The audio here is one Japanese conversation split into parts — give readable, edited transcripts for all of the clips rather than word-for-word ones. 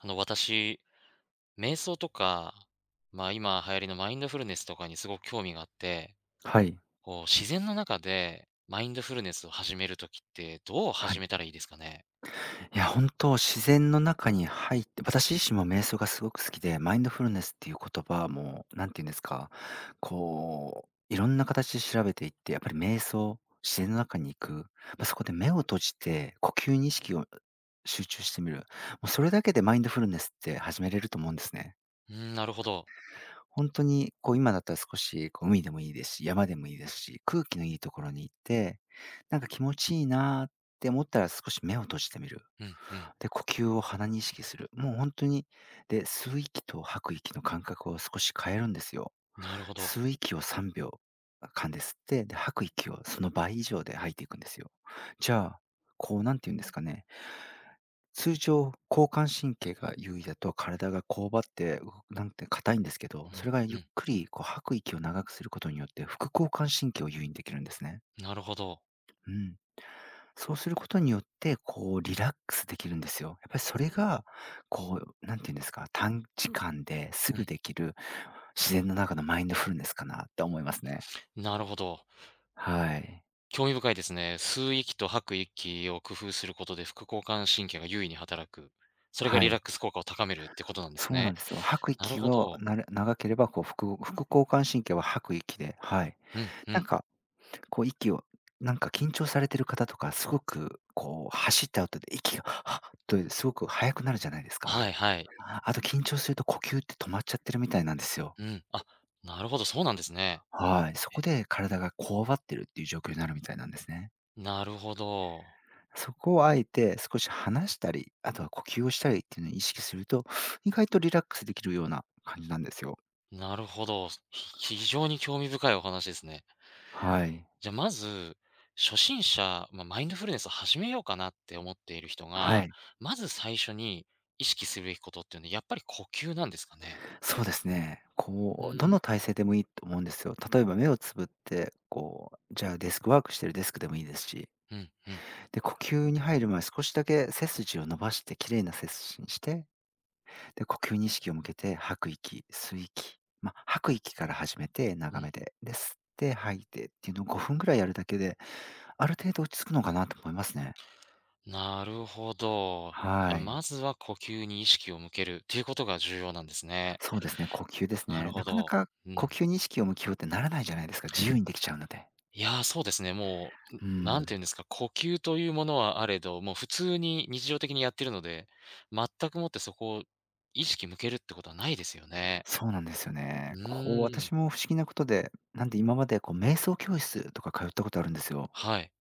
あの、私、瞑想とか、まあ、今流行りのマインドフルネスとかにすごく興味があって、はい。こう、自然の中でマインドフルネスを始めるときって、どうは始い。めたらいいですかね？いや、本当自然の中に入って、私自身も瞑想がすごく好きで、マインドフルネスっていう言葉も、なんていうんですか、こう、いろんな形で調べていって、やっぱり瞑想、自然の中に行く、まあ、そこで目を閉じて、呼吸に意識を集中してみる。もうそれだけでマインドフルネスって始めれると思うんですね。うん、なるほど。本当に、こう、今だったら少し、こう、海でもいいですし、山でもいいですし、空気のいいところに行って、なんか気持ちいいなーって思ったら少し目を閉じてみる。うん、うん、で、呼吸を鼻に意識する。もう本当に、で、吸う息と吐く息の間隔を少し変えるんですよ。なるほど。吸う息を3秒間で吸って、で、吐く息をその倍以上で吐いていくんですよ。じゃあ、こう、なんて言うんですかね、通常、交感神経が優位だと体がこうばって、うなんて硬いんですけど、それがうん、ゆうっん、くりこう吐く息を長くすることによって、副交感神経を優位にできるんですね。なるほど。うん。そうすることによって、こうリラックスできるんですよ。やっぱりそれが、こう、なんていうんですか、短時間ですうぐできる自然の中のマインドフルネスかなって思いますね。ん、なるほど。はい。興味深いですね。吸う息と吐く息を工夫することで、副交感神経が優位に働く。それがはリラい。ックス効果を高めるってことなんですそうなんね。ですよ。吐くなる息ほがど。なる長ければ、こう、副交感神経は吐く息で、はい。うん、うなん。んか、こう息を、なんか緊張されてる方とか、すごくこう走った後で息が、はっとすごく速くなるじゃないですか。はいはい。あと緊張すると呼吸って止まっちゃってるみたいなんですよ。うん。あ、なるほど、そうなんですね。はい、そこで体がこわばってるっていう状況になるみたいなんですね。なるほど。そこをあえて少し離したり、あとは呼吸をしたりっていうのを意識すると、意外とリラックスできるような感じなんですよ。なるほど。非常に興味深いお話ですね。はい。じゃあまず、初心者、まあ、マインドフルネスを始めようかなって思っている人はが、い。まず最初に意識するべきことっていうのは、やっぱり呼吸なんですかね？そうですね。うこう、どん。の体勢でもいいと思うんですよ。例えば目をつぶって、こう、じゃあデスクワークしてるデスクでもいいですし、うん、うん、で、呼吸に入る前少しだけ背筋を伸ばして、綺麗な背筋にして、で、呼吸に意識を向けて吐く息、吸う息。まあ、吐く息から始めてう長ん。めで、で、吸って吐いてっていうのを5分ぐらいやるだけで、ある程度落ち着くのかなと思いますね。なるほど。じゃあはまい。ずは呼吸に意識を向けるっていうことが重要なんですね。そうですね、呼吸ですなね。るほなかなど。かう呼ん。吸に意識を向けようってならないじゃないですか、自由にできちゃうので。いやー、そうですね。もうう、ん、てん、いうんですか、呼吸というものはあれど、もう普通に日常的にやってるので、全くもってそこを意識向けるってことはないですよね。そうなんですようね。こう、ーん、私も不思議なことで、なんで今までこう瞑想教室とか通ったことあるんですよ。はい。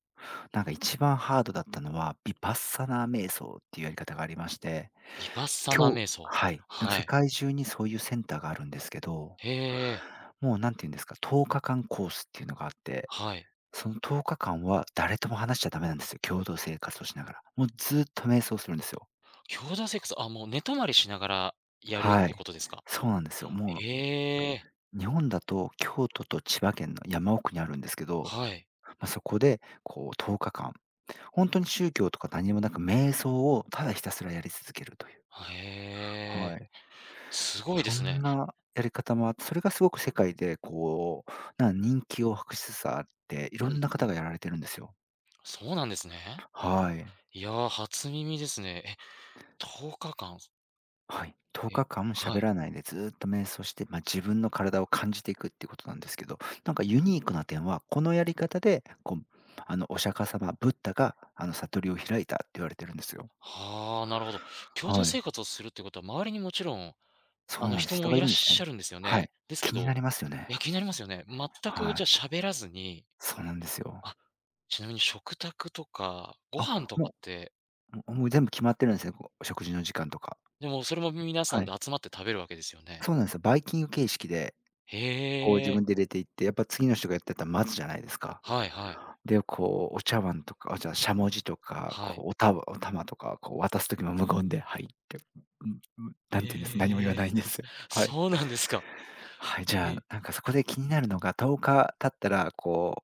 なんか一番ハードだったのは、ヴィパッサナー瞑想っていうやり方がありましてヴィパッサナ今日瞑想。はい。なんかは世い。界中にそういうセンターがあるんですけど、へえ、もう何て言うんですか、10日間コースっていうのがあって、はい。その10日間は誰とも話しちゃダメなんですよ、共同生活をしながら。もうずっと瞑想するんですよ。強打セックス、あ、もう寝泊まりしながらやるっはてい。ことですか？そうなんですよ。もええ、う日本だと京都と千葉県の山奥にあるんですけど、はい。まあ、そこでこう10日間、本当に宗教とか何もなく瞑想をただひたすらやり続けるという。へえ。はい。すごいでそすんね。なやり方もあって、それがすごく世界でこう、人気を博しつつあって、いうろんんなうん。方がやられてるんですよ。そうなんですね。はい。いやー、初耳ですね。え、10日間はい。10え、日間は喋い。らないでずっと瞑想して、まあ、自分の体を感じていくっていうことなんですけど、なんかユニークな点は、このやり方で、こう、あの、お釈迦様、ブッダが、あの、悟りを開いたって言われてるんですよ。はあ、なるほど。共同はい。生活をするってことは、周りにもちろん、そうあの、なんで人す。人もがいいらるっんですね。しゃるんですよはね。い。ですけ気になど、りますよいや、ね。気になりますよね。全くはじい。ゃあ喋らずに、そうなんですよ。あ、ちなみに食卓とか、ごあ、飯とかもって、もう全部決まってるんですね、こう、お食事の時間とか。でもそれも皆さはんい。で集まって食べるわけですよね。そうなんですよ。バイキング形式で、へこう自え、分で入れていって、やっぱ次の人がやってたら待つじゃないですか。はいはい、で、こうお茶碗とか、あ、じゃあ、しゃもじとか、はい。こうおたわお玉とか、こう渡す時も無言で「はい」って、うんうん、なんて言うんです、何も言えわえ、ないんですよ。はい。そうなんですか。はい、じゃあ、え、なんかそこで気になるのが、10日経ったら、こう、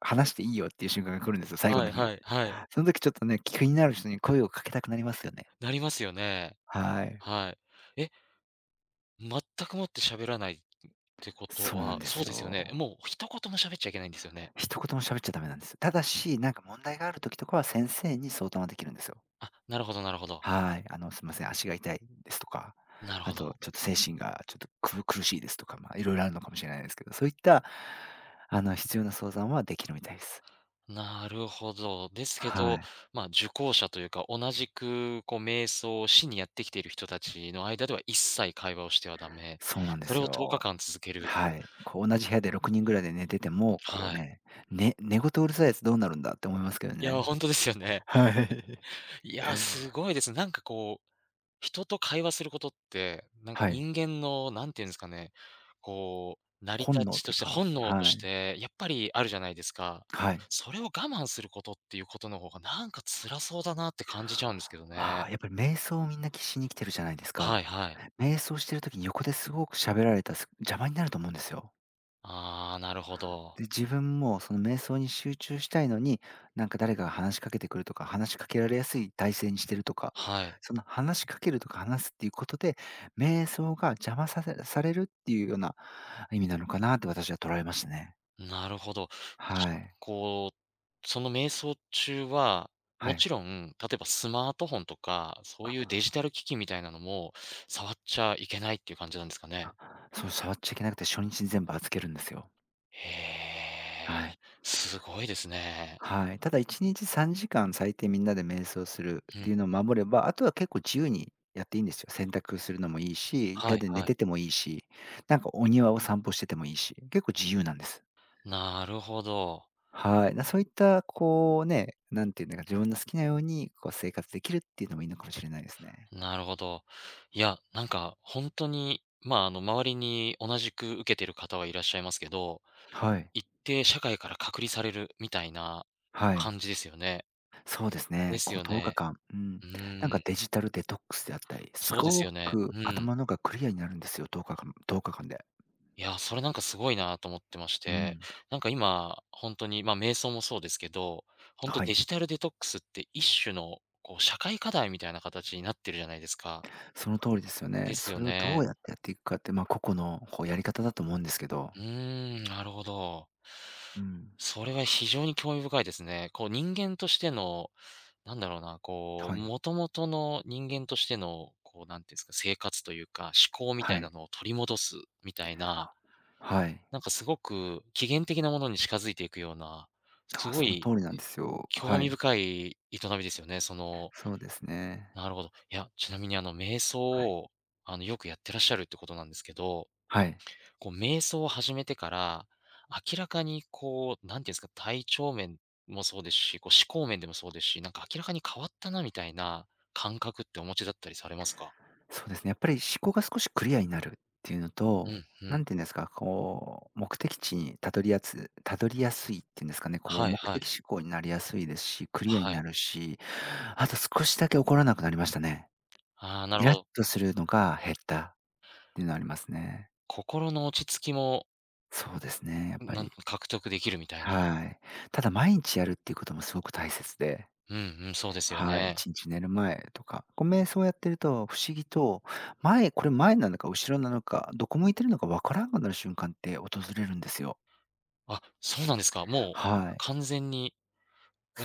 話していいよっていう瞬間が来るんですよ、最後はのい日。はいはい。その時ちょっとね、気になる人に声をかけたくなりますよね。なりますよね。はい。はい。え全くもって喋らないってことそうなんはでそうすですよよ。ね。もう一言も喋っちゃいけないんですよね。一言も喋っちゃダメなんです。ただし、なんか問題がある時とかは先生に相談はできるんですよ。あ、なるほどなるほど。はい。あの、すいません、足が痛いですとか、なるほあど。と、ちょっと精神がちょっと苦しいですとか、まあ、いろいろあるのかもしれないですけど、そういった、あの、必要な相談はできるみたいです。なるほど。ですけはど、い。まあ、受講者というか、同じくこう瞑想をしにやってきている人たちの間では一切会話をしてはダメ。そうなんでそれすを10よ。日間続ける。はい。こう、同じ部屋で6人ぐらいで寝てても、こうはい。ね、ね寝言うるさいやつどうなるんだって思いますけどいや、ね。本当ですよね。はい。いや、すごいです。なんか人と会話することって、なんかはい。人間のなんていうんですかね、こう、成り立本能ちとというして、か、本能とはしい。てやっぱりあるじゃないですか。はい。それを我慢することっていうことの方がなんか辛そうだなって感じちゃうんですけどあね。あ、やっぱり瞑想をみんなきしに来てるじゃないですはいか。はい。瞑想してる時に横ですごく喋られたら邪魔になると思うんですよ。ああ、なるほど。で、自分もその瞑想に集中したいのに、なんか誰かが話しかけてくるとか、話しかけられやすい体勢にしてるとか、はい。その話しかけるとか話すっていうことで、瞑想が邪魔されるっていうような意味なのかなって私は捉えましたね。なるほど。しはい。こう、その瞑想中は、はもい。ちろん、例えばスマートフォンとか、そういうあ、デジタル機器みたいなのも触っちゃいけないっていう感じなんですかね？そう触っちゃいけなくて初日に全部預けるんですよ。へえ、はい。すごいですね。はい。ただ1日3時間最低みんなで瞑想するうってん、いうのを守れば、あとは結構自由にやっていいんですよ。洗濯するのもいいし、部は屋いで寝はい。ててもいいし、なんかお庭を散歩しててもいいし、結構自由なんです。なるほど、はい。なそういった、こうね、なんていうのか、自分の好きなようにこう生活できるっていうのもいいのかもしれないですね。なるほど。いや、なんか本当に、まあ、あの、周りに同じく受けてる方はいらっしゃいますけど、はい。一定社会から隔離されるみたいなはい。感じですよね。そうですでね。すこうよ10ね。日間、うん。うなんーかん、デジタルデトックスであったり、すそうですごよね。くうん。頭のがクリアになるんですよ、1日間10日間で。いや、それなんかすごいなと思ってましうて、ん。なんか今、本当に、ま、あ瞑想もそうですけど、本当はデい。ジタルデトックスって一種の、こう、社会課題みたいな形になってるじゃないですか。その通りですよでね。すよそれをどうね。やってやっていくかって、まあ、個々のこうやり方だと思うんですけど。うーん、なるほど。うん。それは非常に興味深いですね。こう、人間としての、なんだろうな、こはう、い。もともとの人間としての、こう、なんていうんですか、生活というか、思考みたはいない。のを取り戻すみたいなあ、はい。なんかすごく起源的なものに近づいていくような、すあ、ごその通いりなんですよ。興は味い。深い営みですよね。その、そうですね。なるほど。いや、ちなみにあの瞑想はい。を、あの、よくやってらっしゃるってことなんですけど、はい。こう瞑想を始めてから、明らかにこう、なんていうんですか、体調面もそうですし、こう思考面でもそうですし、なんか明らかに変わったなみたいな感覚ってお持ちだったりされますか？そうですね。やっぱり思考が少しクリアになるっていうのうと、ん、うなん。んていうんですか、こう、目的地にたどりやすいっていうんですかね、こうはい目はい。的思考になりやすいですし、クリアにはない。るし、あと少しだけ怒らなくなりましたね。ああ、なるイほラッど。とするのが減ったっていうのはありますね。心の落ち着きも、そうですね、やっぱり。獲得できるみたいな。はい。ただ毎日やるっていうこともすごく大切で、うんうん、そうですよはい、ね。1日寝る前とか、こう瞑想やってると不思議と、前これ前なのか後ろなのか、どこ向いてるのかわからんくなる瞬間って訪れるんですよ。あ、そうなんですか。もはうい。完全に、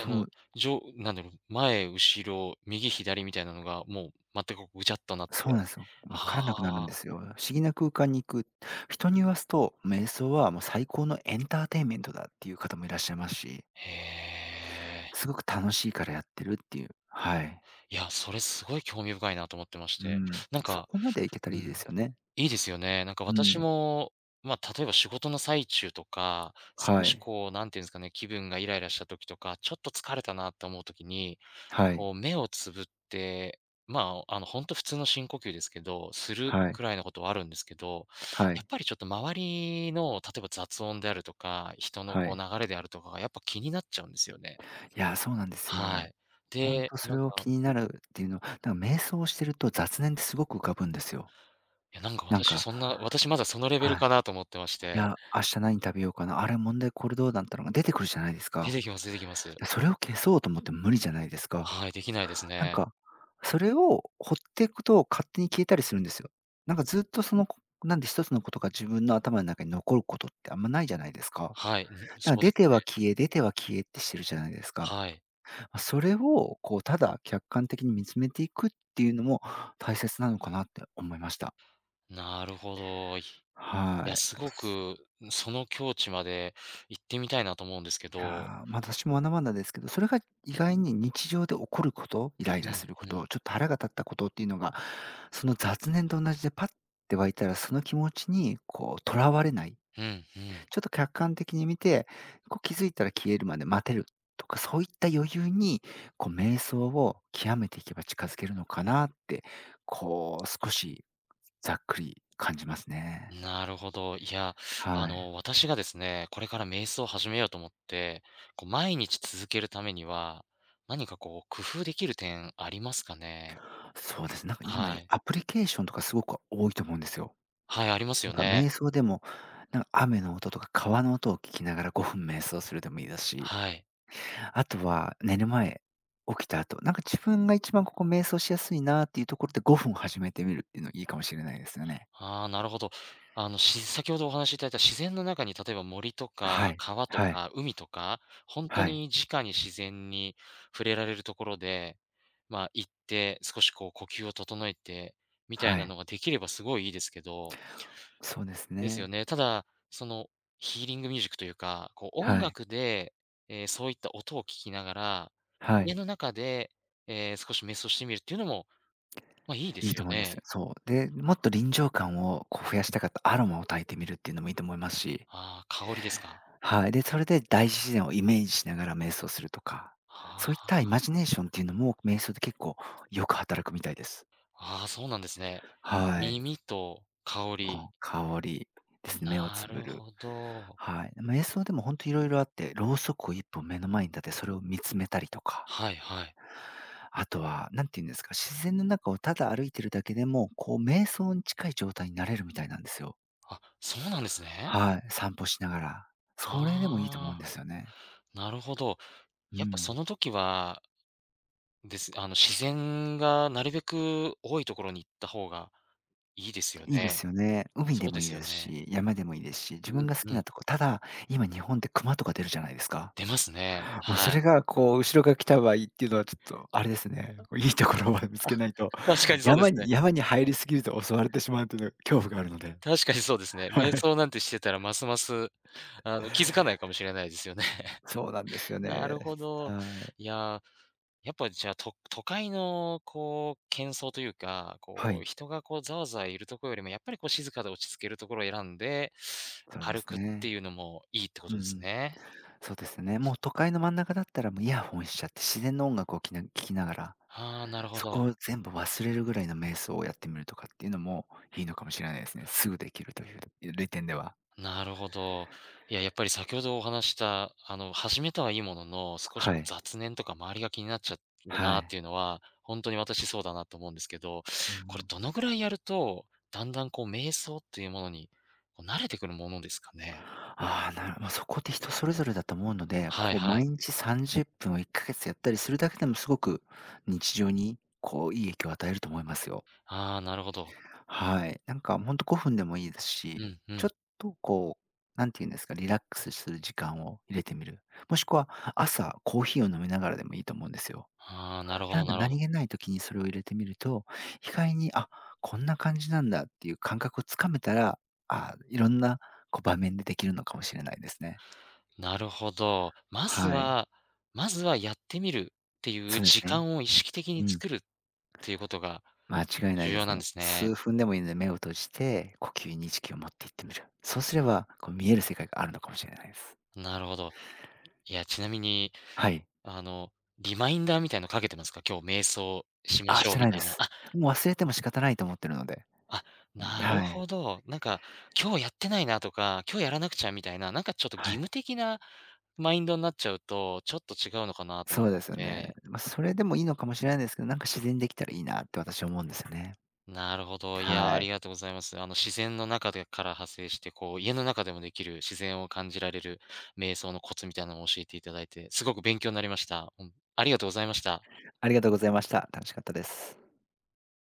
あの、う、なんだろう、前、後ろ、右、左みたいなのが、もう全くぐちゃっとなっそうなて。んですよ。わからなくなるんはであ、すよ。不思議な空間に行く。人に言わすと、瞑想はもう最高のエンターテインメントだっていう方もいらっしゃいますし、へえ。すごく楽しいからやってるっていう。はい。いや、それすごい興味深いなと思ってましうて。ん、なんそか、こまでいけたうらいいでん、すよね。いいですよね。なんかう私ん。も、まあ、例えば仕事の最中とか、少はしい。こう、なんていうんですかね、気分がイライラした時とか、ちょっと疲れたなって思う時にはい。こう目をつぶって、まあ、あの、本当普通の深呼吸ですけど、するはい。くらいのことはあるんですけど、はやっい。ぱりちょっと周りの、例えば雑音であるとか、人のはこうい。流れであるとかがやっぱ気になっちゃうんですよね。いや、そうなんですはよ。い。ほんで、とそなんれをか、気になるっていうのなんか瞑想してると雑念ってすごく浮かぶんですよ。いやなんかなん私か、そんな、私まだそのレベルはい。かなと思ってましいて、や、明日何食べようかな、あれ問題これどうだったのが出てくるじゃないです出か。てきます出てきます。で、それを消そうと思っても無理じゃないですか。はい、できないですなんね。か、それを放っていくと勝手に消えたりするんですよ。なんかずっとその、こなんで一つのことが自分の頭の中に残ることってあんまないじゃないですか。はい、ん、そうで出す。ては消え、出ては消えってしてるじゃないですか。はい。ま、それをこう、ただ客観的に見つめていくっていうのも大切なのかなって思いました。なるほど。いはや、い。すごく、その境地まで行ってみたいなと思うんですけいやどー、まあ、私もまだまだですけど、それが意外に日常で起こること、イライうラすん、るうこと、ちん、ょっと腹が立ったことっていうのが、その雑念と同じでパッて湧いたら、その気持ちにこう、とらわれないうん、うん。ちょっと客観的に見て、こう気づいたら消えるまで待てるとか、そういった余裕に、こう瞑想を極めていけば近づけるのかなって、こう少しざっくり感じますね。なるほど。いや、あはい。の、私がですね、これから瞑想を始めようと思って、こう、毎日続けるためには、何かこう、工夫できる点ありますかね？そうです。なんか今、はい。アプリケーションとかすごく多いと思うんですよ。はい、ありますなんよかね。瞑想でも、なんか雨の音とか川の音を聞きながら5分瞑想するでもいいですし、はい。あとは、寝る前、起きた後、なんか自分が一番ここ瞑想しやすいなっていうところで5分始めてみるっていうのいいかもしれないですよね。ああ、なるほど。あの、し 先ほどお話しいただいた自然の中に、例えば森とはかい。川とはい。か海とか、本当はい。に直に自然に触れられるところで、まあ、行って、少しこう呼吸を整えてみたいはない。のができればすごいいいですけどそうですですよね。ね。ただ、その、ヒーリングミュージックというか、こう音はい。楽で、そういった音を聞きながら、は家い。の中で、少し瞑想してみるっていうのも、ま、いいでいいすとよ思うんですね。よ。そう。で、もっと臨場感をこう増やしたかったアロマを焚いてみるっていうのもいいと思いますし、ああ、香りですか。はい。で、それで大自然をイメージしながら瞑想するとか、はそういったイあ。マジネーションっていうのも瞑想で結構よく働くみたいです。ああ、そうなんですね。はい。耳と香り。こう、香りですね、目をなつぶるる。ほど。はい。ま瞑想でも本当いろいろあって、ろうそくを一本目の前に立て、それを見つめたりとか、はいはい。あとは、何て言うんですか、自然の中をただ歩いてるだけでも、こう瞑想に近い状態になれるみたいなんですよ。あ、そうなんですね。はい、散歩しながら。それでもいいと思うんああ。ですよね。なるほど。うやっぱそん。の時は、です、あの、自然がなるべく多いところに行った方がいいですよいいでね。すよね。海そでうもでいいすよですね。し、山でもいいですし、自う分んが好うきん。なとこただ、今日本って熊とか出るじゃないですか。出ますね。まあ、そはれい。がこう、後ろが来た場合っていうのはちょっとあれですね、こういいところを 見つけないと、確かにそうで山すにね。山に入りすぎると襲われてしまうという恐怖があるので、確かにそうですね。は瞑い。想なんてしてたらますます、あの、気づかないかもしれないですよね。そうなんです よなね。るほど。はい。いやーやっぱじゃあ、都会のこう喧騒というか、はこうい、人がこうざわざわいるところよりも、やっぱりこう静かで落ち着けるところを選んで、そうで歩すくってね。いうのもいいってこうんとうですん。ね。そうですね。もう都会の真ん中だったらもうイヤホンしちゃって自然の音楽を聴きながら、ああ、なるほそど。こを全部忘れるぐらいの瞑想をやってみるとかっていうのもいいのかもしれないですね。すぐできるという利点では。なるほど。いや、やっぱり先ほどお話しした、あの、始めたはいいものの、少しはこうい。雑念とか周りが気になっちゃうはなっい。ていうのは、本当に私そうだなと思うんですけど、うんうこれん。どのぐらいやると、だんだんこう瞑想っていうものに、こう慣れてくるものですかね？ああ、まあ、そこって人それぞれだと思うので、はいこうはい。毎日30分を1ヶ月やったりするだけでもすごく日常にこういい影響を与えると思いますよ。ああ、なるほど。はい。なんかほんと5分でもいいですうし、んうちょん。っとこう、なんて言うんですか、リラックスする時間を入れてみる。もしくは朝コーヒーを飲みながらでもいいと思うんですよ。ああ、なるほなどんかなるほど。何気ない時にそれを入れてみると、意外に、あ、こんな感じなんだっていう感覚をつかめたら、ああ、いろんなこう場面でできるのかもしれないですね。なるほど。まずはい。はまずはやってみるっていうそうです時ね。間を意識的にうん。作るっていうことが間違いない重で要すなね。んですね。数分でもいいので目を閉じて、呼吸に意識を持っていってみる。そうすれば、こう見える世界があるのかもしれないです。なるほど。いや、ちなみに、はい。あの、リマインダーみたいのかけてますか？今日瞑想しまあ、ししょうてみないたでいな。す。もう忘れても仕方ないと思ってるので。あ、あ、なるはい。ほど。なんか、今日やってないなとか、今日やらなくちゃみたいな、なんかちょっと義は務い。的なマインドになっちゃうと、ちょっと違うのかなともそう思でっすよね。て。まあ、それでもいいのかもしれないんですけど、なんか自然にできたらいいなって私思うんですよね。なるほど。いや、あはりい。がとうございます。あの、自然の中でから派生して、こう、家の中でもできる自然を感じられる瞑想のコツみたいなのを教えていただいて、すごく勉強になりました。うん、ありがとうございました。ありがとうございました。楽しかったです。